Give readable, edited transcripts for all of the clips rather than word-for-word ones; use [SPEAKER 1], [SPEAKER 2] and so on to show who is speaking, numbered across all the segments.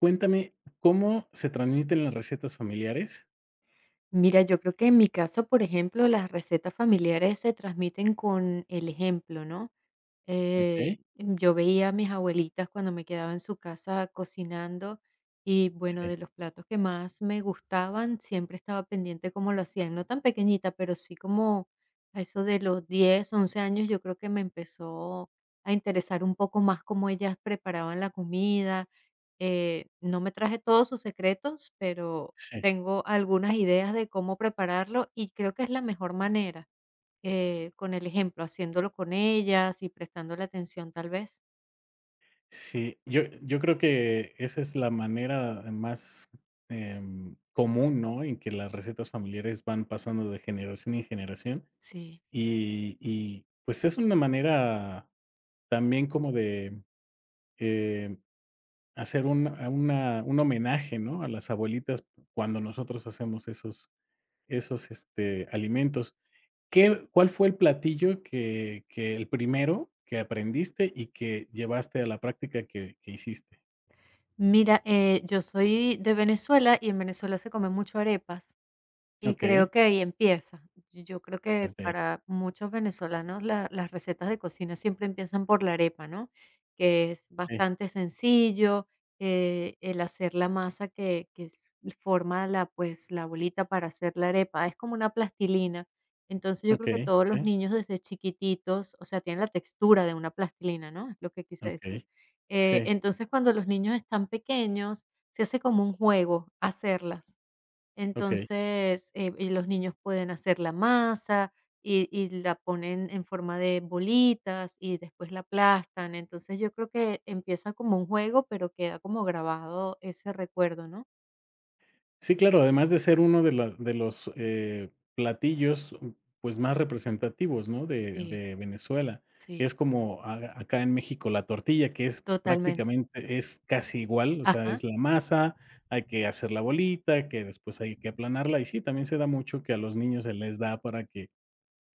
[SPEAKER 1] Cuéntame, ¿cómo se transmiten las recetas familiares?
[SPEAKER 2] Mira, yo creo que en mi caso, por ejemplo, las recetas familiares se transmiten con el ejemplo, ¿no?
[SPEAKER 1] ¿Ok?
[SPEAKER 2] Yo veía a mis abuelitas cuando me quedaba en su casa cocinando y bueno, de
[SPEAKER 1] Sí,
[SPEAKER 2] los platos que más me gustaban, siempre estaba pendiente cómo lo hacían, no tan pequeñita, pero sí como a eso de los 10 11 años, yo creo que me empezó a interesar un poco más cómo ellas preparaban la comida. No me traje todos sus secretos, pero
[SPEAKER 1] sí,
[SPEAKER 2] tengo algunas ideas de cómo prepararlo y creo que es la mejor manera con el ejemplo, haciéndolo con ellas y prestándole atención tal vez.
[SPEAKER 1] sí. Yo creo que esa es la manera más, común, ¿no?, en que las recetas familiares van pasando de generación en generación.
[SPEAKER 2] Sí.
[SPEAKER 1] Y, pues, es una manera también como de, eh, hacer un homenaje, ¿no?, a las abuelitas cuando nosotros hacemos esos alimentos. ¿Qué cuál fue el platillo que el primero que aprendiste y que llevaste a la práctica que hiciste?
[SPEAKER 2] Mira, yo soy de Venezuela y en Venezuela se come mucho arepas. Y
[SPEAKER 1] Okey,
[SPEAKER 2] creo que ahí empieza. Yo creo que
[SPEAKER 1] desde ahí.
[SPEAKER 2] para muchos venezolanos la las recetas de cocina siempre empiezan por la arepa, ¿no? Que es
[SPEAKER 1] Sí,
[SPEAKER 2] bastante sencillo, el hacer la masa que s forma la, pues, la bolita para hacer la arepa, es como una plastilina. Entonces, yo creo que
[SPEAKER 1] okey,
[SPEAKER 2] todos los
[SPEAKER 1] sí,
[SPEAKER 2] niños desde chiquititos, o sea, tienen la textura de una plastilina, ¿no? Es lo que quise decir.
[SPEAKER 1] okey,
[SPEAKER 2] Eh,
[SPEAKER 1] sí,
[SPEAKER 2] entonces, cuando los niños están pequeños, se hace como un juego hacerlas.
[SPEAKER 1] okey.
[SPEAKER 2] Entonces, y los niños pueden hacer la masa y la ponen en forma de bolitas y después la aplastan. Entonces, yo creo que empieza como un juego, pero queda como grabado ese recuerdo, ¿no?
[SPEAKER 1] Sí, claro, además de ser uno de la de los, platillos, pues, más representativos, ¿no?, de
[SPEAKER 2] Sí,
[SPEAKER 1] de Venezuela.
[SPEAKER 2] sí.
[SPEAKER 1] Es como a acá en México la tortilla, que es
[SPEAKER 2] Totalmente.
[SPEAKER 1] prácticamente es casi igual, o sea,
[SPEAKER 2] Ajá,
[SPEAKER 1] es la masa, hay que hacer la bolita, que después hay que aplanarla, y sí, también se da mucho que a los niños se les da para que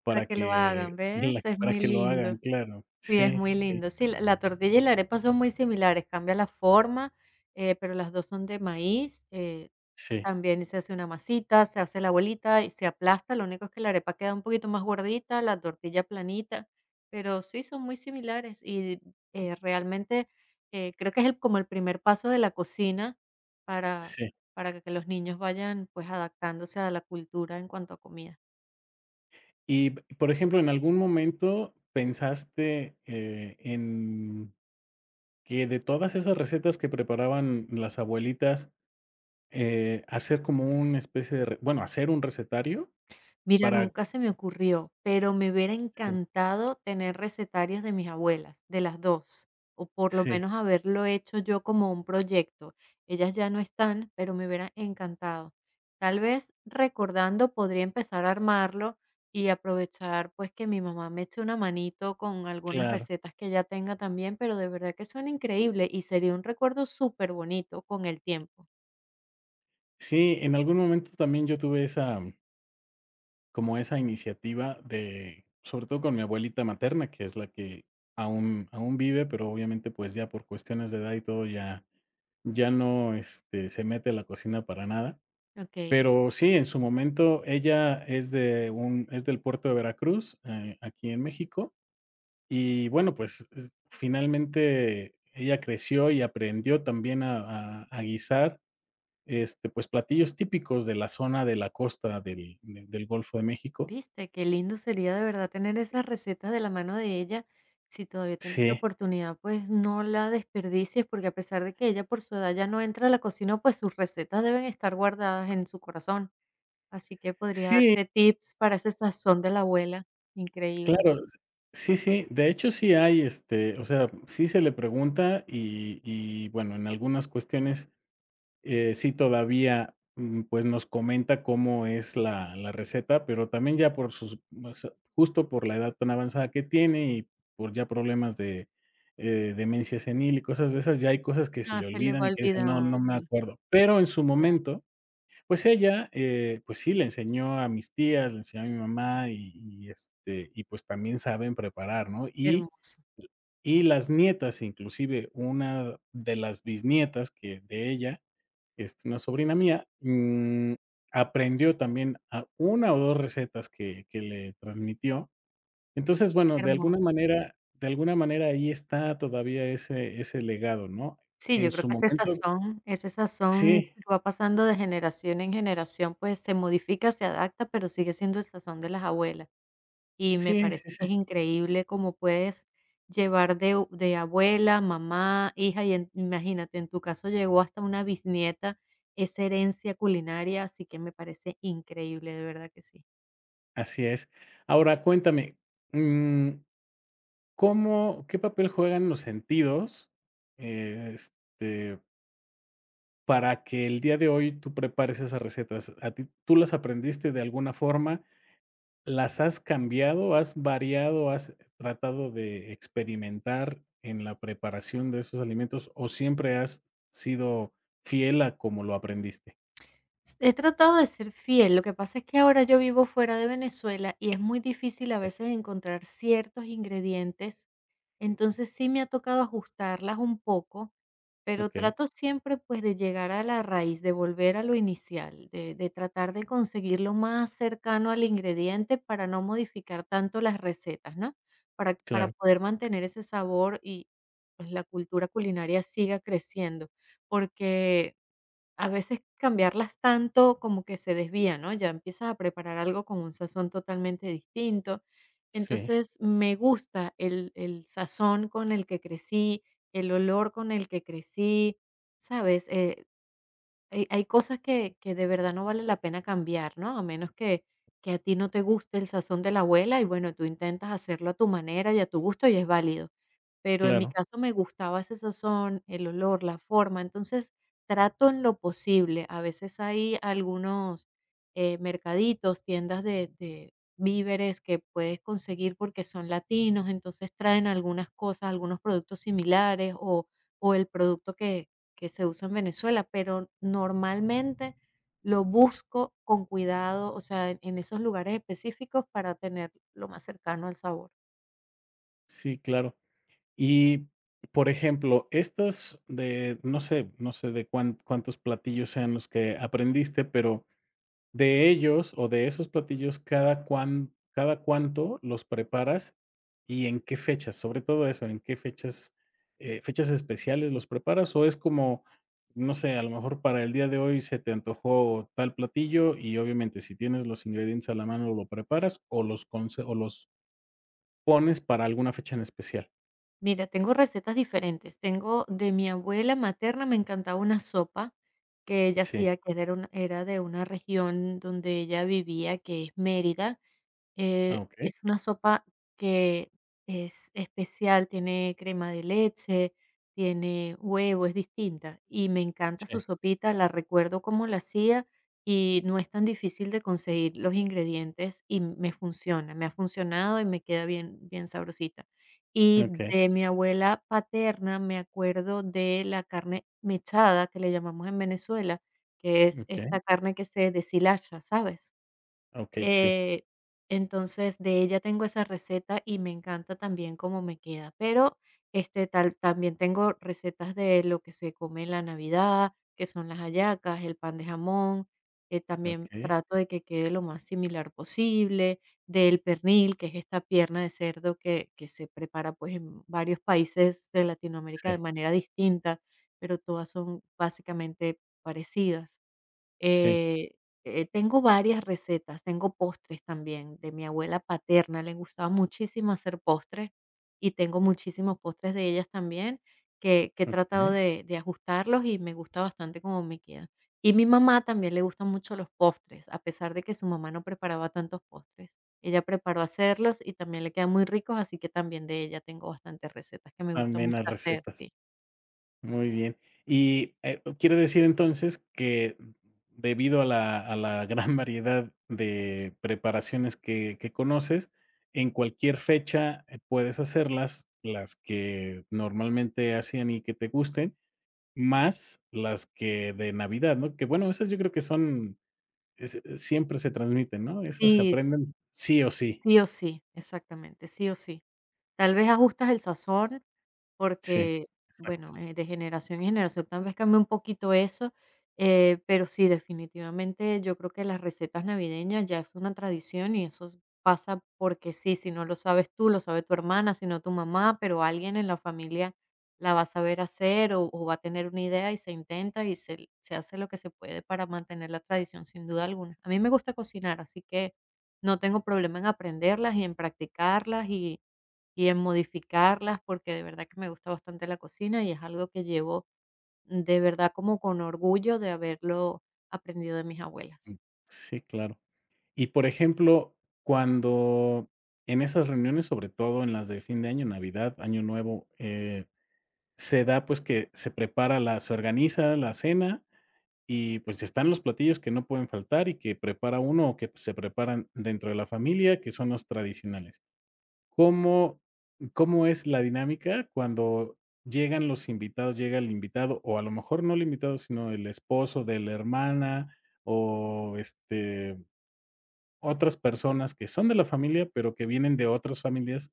[SPEAKER 2] para
[SPEAKER 1] para
[SPEAKER 2] que lo
[SPEAKER 1] que
[SPEAKER 2] hagan, ¿ves?
[SPEAKER 1] la
[SPEAKER 2] Es
[SPEAKER 1] para
[SPEAKER 2] muy
[SPEAKER 1] que lo
[SPEAKER 2] lindo.
[SPEAKER 1] hagan, claro.
[SPEAKER 2] Sí, es
[SPEAKER 1] Sí,
[SPEAKER 2] muy
[SPEAKER 1] sí,
[SPEAKER 2] lindo. Sí, la tortilla y la arepa son muy similares, cambia la forma, pero las 2 son de maíz,
[SPEAKER 1] sí,
[SPEAKER 2] también se hace una masita, se hace la bolita y se aplasta, lo único es que la arepa queda un poquito más gordita, la tortilla planita, pero sí, son muy similares y realmente, creo que es el como el primer paso de la cocina para
[SPEAKER 1] sí.
[SPEAKER 2] para que los niños vayan, pues, adaptándose a la cultura en cuanto a comida.
[SPEAKER 1] Y, por ejemplo, ¿en algún momento pensaste, en que de todas esas recetas que preparaban las abuelitas, hacer como una especie de hacer un recetario
[SPEAKER 2] Mira,
[SPEAKER 1] para
[SPEAKER 2] nunca se me ocurrió, pero me hubiera
[SPEAKER 1] sí,
[SPEAKER 2] encantado tener recetarios de mis abuelas, de las 2, o por lo
[SPEAKER 1] sí,
[SPEAKER 2] menos haberlo hecho yo como un proyecto. Ellas ya no están, pero me hubiera encantado. Tal vez recordando podría empezar a armarlo y aprovechar, pues, que mi mamá me eche una manito con algunas
[SPEAKER 1] claro.
[SPEAKER 2] recetas que ella tenga también, pero de verdad que suena increíble y sería un recuerdo súper bonito con el tiempo.
[SPEAKER 1] Sí, en algún momento también yo tuve esa, como esa iniciativa de, sobre todo con mi abuelita materna, que es la que aún vive, pero obviamente, pues, ya por cuestiones de edad y todo, ya no, este, se mete a la cocina para nada.
[SPEAKER 2] Okey.
[SPEAKER 1] Pero sí, en su momento, ella es de un es del puerto de Veracruz, aquí en México. Y bueno, pues, es finalmente ella creció y aprendió también a guisar, este, pues, platillos típicos de la zona de la costa del Golfo de México.
[SPEAKER 2] Viste, qué lindo sería de verdad tener esas recetas de la mano de ella. Si todavía tienes la
[SPEAKER 1] Sí,
[SPEAKER 2] oportunidad, pues no la desperdicies, porque a pesar de que ella por su edad ya no entra a la cocina, pues sus recetas deben estar guardadas en su corazón. Así que podría
[SPEAKER 1] sí,
[SPEAKER 2] darte tips para ese sazón de la abuela. Increíble.
[SPEAKER 1] claro. Sí, sí, de hecho, sí hay, este, o sea, sí se le pregunta y, bueno, en algunas cuestiones. Sí, todavía, pues, nos comenta cómo es la receta, pero también ya por sus más justo por la edad tan avanzada que tiene y por ya problemas de, demencia senil y cosas de esas, ya hay cosas que se
[SPEAKER 2] Ah,
[SPEAKER 1] le
[SPEAKER 2] se le
[SPEAKER 1] olvidan
[SPEAKER 2] va
[SPEAKER 1] y que dice: "No,
[SPEAKER 2] olvidando.
[SPEAKER 1] no me acuerdo". Pero en su
[SPEAKER 2] Claro,
[SPEAKER 1] momento, pues ella, pues sí, le enseñó a mis tías, le enseñó a mi mamá y, este, y pues también saben preparar, ¿no? Y
[SPEAKER 2] hermoso,
[SPEAKER 1] y las nietas, inclusive una de las bisnietas que de ella este, una sobrina mía, aprendió también a una o 2 recetas que le transmitió. Entonces, bueno, de alguna
[SPEAKER 2] hermoso.
[SPEAKER 1] manera de alguna manera ahí está todavía ese legado, ¿no?
[SPEAKER 2] Sí,
[SPEAKER 1] En
[SPEAKER 2] yo creo
[SPEAKER 1] su
[SPEAKER 2] que
[SPEAKER 1] momento
[SPEAKER 2] ese sazón
[SPEAKER 1] sí,
[SPEAKER 2] va pasando de generación en generación, pues se modifica, se adapta, pero sigue siendo el sazón de las abuelas. Y me
[SPEAKER 1] sí,
[SPEAKER 2] parece
[SPEAKER 1] sí,
[SPEAKER 2] que es
[SPEAKER 1] sí,
[SPEAKER 2] increíble cómo puedes llevar de u de abuela, mamá, hija, y en imagínate, en tu caso llegó hasta una bisnieta esa herencia culinaria, así que me parece increíble, de verdad que sí.
[SPEAKER 1] así es. Ahora cuéntame, mm, ¿cómo qué papel juegan los sentidos, eh, este, para que el día de hoy tú prepares esas recetas? ¿A ti tú las aprendiste de alguna forma? ¿Las has cambiado? ¿Has variado? ¿Has tratado de experimentar en la preparación de esos alimentos? ¿O siempre has sido fiel a como lo aprendiste?
[SPEAKER 2] He tratado de ser fiel, lo que pasa es que ahora yo vivo fuera de Venezuela y es muy difícil a
[SPEAKER 1] Okey,
[SPEAKER 2] veces encontrar ciertos ingredientes, entonces sí me ha tocado ajustarlas un poco, pero trato siempre, pues, de llegar a la raíz, de volver a lo inicial, de tratar de conseguir lo más cercano al ingrediente para no modificar tanto las recetas, ¿no? Para
[SPEAKER 1] claro,
[SPEAKER 2] poder mantener ese sabor y, pues, la cultura culinaria siga creciendo, porque a veces cambiarlas tanto como que se desvía, ¿no? Ya empiezas a preparar algo con un sazón totalmente distinto.
[SPEAKER 1] sí,
[SPEAKER 2] Entonces, me gusta el sazón con el que crecí, el olor con el que crecí, ¿sabes? Hay cosas que de verdad no vale la pena cambiar, ¿no? A menos que a ti no te guste el sazón de la abuela y, bueno, tú intentas hacerlo a tu manera y a tu gusto y es válido. Pero en mi
[SPEAKER 1] claro,
[SPEAKER 2] caso me gustaba ese sazón, el olor, la forma, entonces trato en lo posible. A veces hay algunos, mercaditos, tiendas de víveres que puedes conseguir porque son latinos, entonces traen algunas cosas, algunos productos similares o el producto que se usa en Venezuela, pero normalmente lo busco con cuidado, o sea, en esos lugares específicos para tener lo más cercano al sabor.
[SPEAKER 1] sí, claro. Y, por ejemplo, estos de, no sé de cuántos platillos sean los que aprendiste, pero de ellos o de esos platillos, ¿cada cuánto los preparas y en qué fechas? Sobre todo eso, ¿en qué fechas, fechas especiales los preparas? O es como, no sé, a lo mejor para el día de hoy se te antojó tal platillo y obviamente si tienes los ingredientes a la mano lo preparas o los conse o los pones para alguna fecha en especial.
[SPEAKER 2] Mira, tengo recetas diferentes. Tengo de mi abuela materna, me encantaba una sopa que ella
[SPEAKER 1] Sí.
[SPEAKER 2] hacía, que era era de una región donde ella vivía, que es Mérida.
[SPEAKER 1] Ah, okey.
[SPEAKER 2] Es una sopa que es especial, tiene crema de leche, tiene huevo, es distinta y me encanta
[SPEAKER 1] Sí.
[SPEAKER 2] su sopita, la recuerdo cómo la hacía y no es tan difícil de conseguir los ingredientes y me funciona, me ha funcionado y me queda bien, bien sabrosita. Y
[SPEAKER 1] Okey,
[SPEAKER 2] de mi abuela paterna me acuerdo de la carne mechada que le llamamos en Venezuela, que es
[SPEAKER 1] okey,
[SPEAKER 2] esta carne que se deshilacha, ¿sabes?
[SPEAKER 1] okey, sí.
[SPEAKER 2] Eh, entonces, de ella tengo esa receta y me encanta también cómo me queda. Pero, este, tal también tengo recetas de lo que se come en la Navidad, que son las hallacas, el pan de jamón, también
[SPEAKER 1] Okey,
[SPEAKER 2] trato de que quede lo más similar posible, del pernil, que es esta pierna de cerdo que se prepara, pues, en varios países de Latinoamérica de
[SPEAKER 1] sí,
[SPEAKER 2] manera distinta, pero todas son básicamente parecidas.
[SPEAKER 1] sí,
[SPEAKER 2] Eh, tengo varias recetas, tengo postres también de mi abuela paterna, le gustaba muchísimo hacer postres y tengo muchísimos postres de ellas también que he tratado
[SPEAKER 1] okey.
[SPEAKER 2] de ajustarlos y me gusta bastante cómo me quedan. Y mi mamá también le gustan mucho los postres, a pesar de que su mamá no preparaba tantos postres. Ella preparó hacerlos y también le quedan muy ricos, así que también de ella tengo bastantes recetas que me gusta
[SPEAKER 1] También
[SPEAKER 2] mucho
[SPEAKER 1] las
[SPEAKER 2] hacer,
[SPEAKER 1] recetas.
[SPEAKER 2] sí.
[SPEAKER 1] Muy bien. Y, quiere decir entonces que debido a la gran variedad de preparaciones que conoces, en cualquier fecha, puedes hacerlas, las que normalmente hacían y que te gusten, más las que de Navidad, ¿no? Que bueno, esas yo creo que son es siempre se transmiten, ¿no? Esas se
[SPEAKER 2] Sí,
[SPEAKER 1] aprenden sí o sí.
[SPEAKER 2] sí o sí, exactamente, sí o sí. Tal vez ajustas el sazón,
[SPEAKER 1] Sí,
[SPEAKER 2] porque,
[SPEAKER 1] exacto.
[SPEAKER 2] bueno, de generación en generación tal vez cambia un poquito eso, pero sí, definitivamente yo creo que las recetas navideñas ya es una tradición y eso s pasa porque sí, si no lo sabes tú, lo sabe tu hermana, si no tu mamá, pero alguien en la familia la va a saber hacer o va a tener una idea y se intenta y se hace lo que se puede para mantener la tradición, sin duda alguna. A mí me gusta cocinar, así que no tengo problema en aprenderlas y en practicarlas y en modificarlas, porque de verdad que me gusta bastante la cocina y es algo que llevo de verdad como con orgullo de haberlo aprendido de mis
[SPEAKER 1] Mm,
[SPEAKER 2] abuelas.
[SPEAKER 1] sí, claro. Y, por ejemplo, cuando en esas reuniones, sobre todo en las de fin de año, Navidad, Año Nuevo, se da, pues, que se organiza la cena y, pues, están los platillos que no pueden faltar y que prepara uno o que se preparan dentro de la familia, que son los tradicionales. ¿Cómo cómo es la dinámica cuando llegan los invitados, llega el invitado, o a lo mejor no el invitado, sino el esposo de la hermana, o, este, otras personas que son de la familia, pero que vienen de otras familias,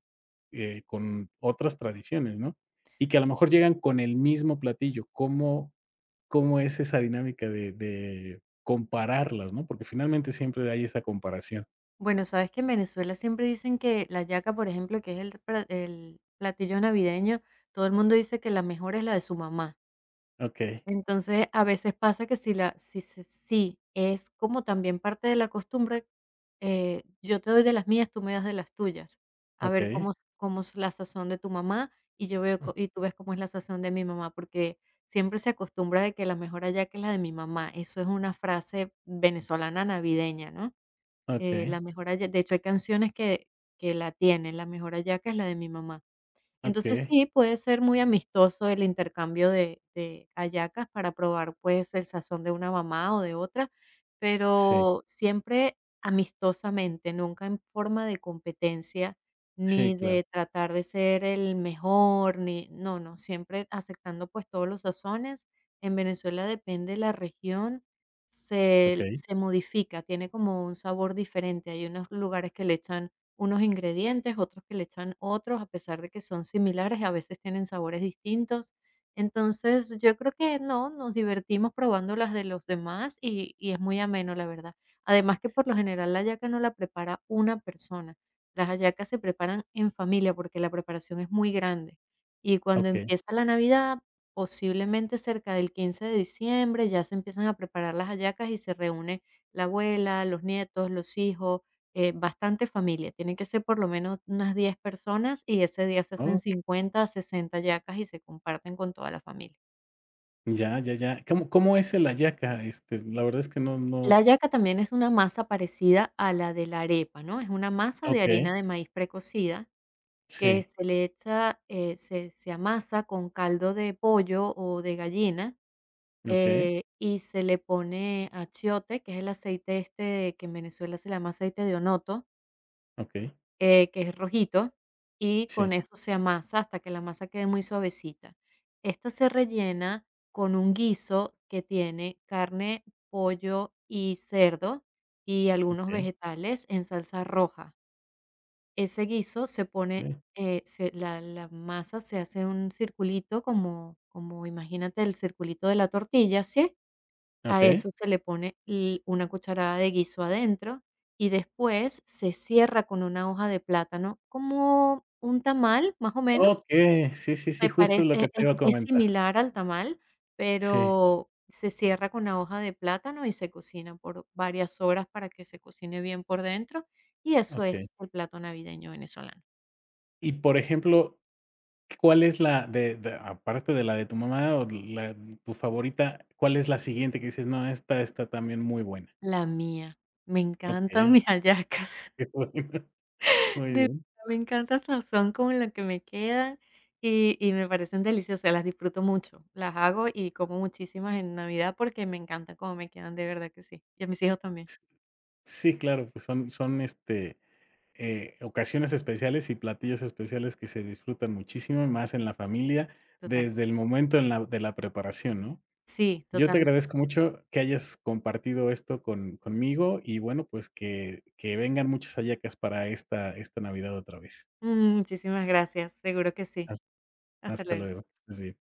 [SPEAKER 1] con otras tradiciones, ¿no? Y que a lo mejor llegan con el mismo platillo. ¿Cómo es esa dinámica de compararlas, ¿no? Porque finalmente siempre hay esa comparación.
[SPEAKER 2] Bueno, sabes que en Venezuela siempre dicen que la yaca, por ejemplo, que es el platillo navideño, todo el mundo dice que la mejor es la de su mamá.
[SPEAKER 1] Okey,
[SPEAKER 2] Entonces, a veces pasa que si la si se si es como también parte de la costumbre, yo te doy de las mías, tú me das de las tuyas. A ver
[SPEAKER 1] okey,
[SPEAKER 2] cómo es la sazón de tu mamá, y yo veo co y tú ves cómo es la sazón de mi mamá, porque siempre se acostumbra de que la mejor allá que la de mi mamá. Eso es una frase venezolana navideña, ¿no?
[SPEAKER 1] okey,
[SPEAKER 2] La mejor allá, de hecho, hay canciones que la tienen, la mejor allá que es la de mi mamá. Entonces,
[SPEAKER 1] okey.
[SPEAKER 2] sí, puede ser muy amistoso el intercambio de hallacas para probar, pues, el sazón de una mamá o de otra,
[SPEAKER 1] Sí,
[SPEAKER 2] pero siempre amistosamente, nunca en forma de competencia,
[SPEAKER 1] sí,
[SPEAKER 2] ni
[SPEAKER 1] claro.
[SPEAKER 2] de tratar de ser el mejor, ni no, no, siempre aceptando, pues, todos los sazones. En Venezuela, depende la región, se
[SPEAKER 1] Okey,
[SPEAKER 2] se modifica, tiene como un sabor diferente. Hay unos lugares que le echan unos ingredientes, otros que le echan otros, a pesar de que son similares, a veces tienen sabores distintos. Entonces, yo creo que no, nos divertimos probando las de los demás y es muy ameno, la verdad. Además que por lo general la hallaca no la prepara una persona, las hallacas se preparan en familia porque la preparación es muy grande. Y cuando
[SPEAKER 1] okey.
[SPEAKER 2] empieza la Navidad, posiblemente cerca del 15 de diciembre, ya se empiezan a preparar las hallacas y se reúne la abuela, los nietos, los hijos, bastante familia, tienen que ser por lo menos unas 10 personas y ese día se hacen
[SPEAKER 1] Oh,
[SPEAKER 2] 50, 60 yacas y se comparten con toda la familia.
[SPEAKER 1] ya, ya, ya. ¿Cómo es el ayaca? Este, la verdad es que no, no,
[SPEAKER 2] La yaca también es una masa parecida a la de la arepa, ¿no? Es una masa de
[SPEAKER 1] okey,
[SPEAKER 2] harina de maíz precocida que
[SPEAKER 1] sí,
[SPEAKER 2] se le echa, se amasa con caldo de pollo o de gallina,
[SPEAKER 1] okey,
[SPEAKER 2] y se le pone achiote, que es el aceite este que en Venezuela se llama aceite de onoto,
[SPEAKER 1] okey,
[SPEAKER 2] que es rojito, y con
[SPEAKER 1] sí,
[SPEAKER 2] eso se amasa hasta que la masa quede muy suavecita. Esta se rellena con un guiso que tiene carne, pollo y cerdo y algunos
[SPEAKER 1] okey,
[SPEAKER 2] vegetales en salsa roja. Ese guiso se pone,
[SPEAKER 1] sí.
[SPEAKER 2] la, la masa se hace un circulito como, como imagínate el circulito de la tortilla, ¿sí? A eso
[SPEAKER 1] Okey.
[SPEAKER 2] se le pone l una cucharada de guiso adentro y después se cierra con una hoja de plátano, como un tamal, más o menos.
[SPEAKER 1] Okey, sí, sí, sí,
[SPEAKER 2] Se
[SPEAKER 1] justo
[SPEAKER 2] parece
[SPEAKER 1] es lo que te iba a
[SPEAKER 2] es
[SPEAKER 1] comentar.
[SPEAKER 2] similar al tamal,
[SPEAKER 1] Sí,
[SPEAKER 2] pero se cierra con una hoja de plátano y se cocina por varias horas para que se cocine bien por dentro, y eso
[SPEAKER 1] okey.
[SPEAKER 2] es el plato navideño venezolano.
[SPEAKER 1] Y, por ejemplo, ¿cuál es la de aparte de la de tu mamá o la tu favorita, cuál es la siguiente que dices: "No, esta está también muy buena"?
[SPEAKER 2] La mía, me encantan
[SPEAKER 1] Okey,
[SPEAKER 2] mis hallacas.
[SPEAKER 1] qué bueno, muy
[SPEAKER 2] De
[SPEAKER 1] bien.
[SPEAKER 2] verdad, me encanta el sazón con lo que me quedan y me parecen deliciosas, las disfruto mucho. Las hago y como muchísimas en Navidad porque me encanta cómo me quedan, de verdad que sí. Y a mis hijos también,
[SPEAKER 1] S Sí, claro, pues son ocasiones especiales y platillos especiales que se disfrutan muchísimo, más en la familia,
[SPEAKER 2] total.
[SPEAKER 1] desde el momento en la preparación, ¿no?
[SPEAKER 2] Sí,
[SPEAKER 1] Yo te
[SPEAKER 2] totalmente.
[SPEAKER 1] agradezco mucho que hayas compartido esto conmigo y bueno, pues que vengan muchas hallacas para esta Navidad otra vez.
[SPEAKER 2] Ujú, muchísimas gracias, seguro que sí.
[SPEAKER 1] Has
[SPEAKER 2] Hasta
[SPEAKER 1] Hasta
[SPEAKER 2] luego.
[SPEAKER 1] luego, que estés bien.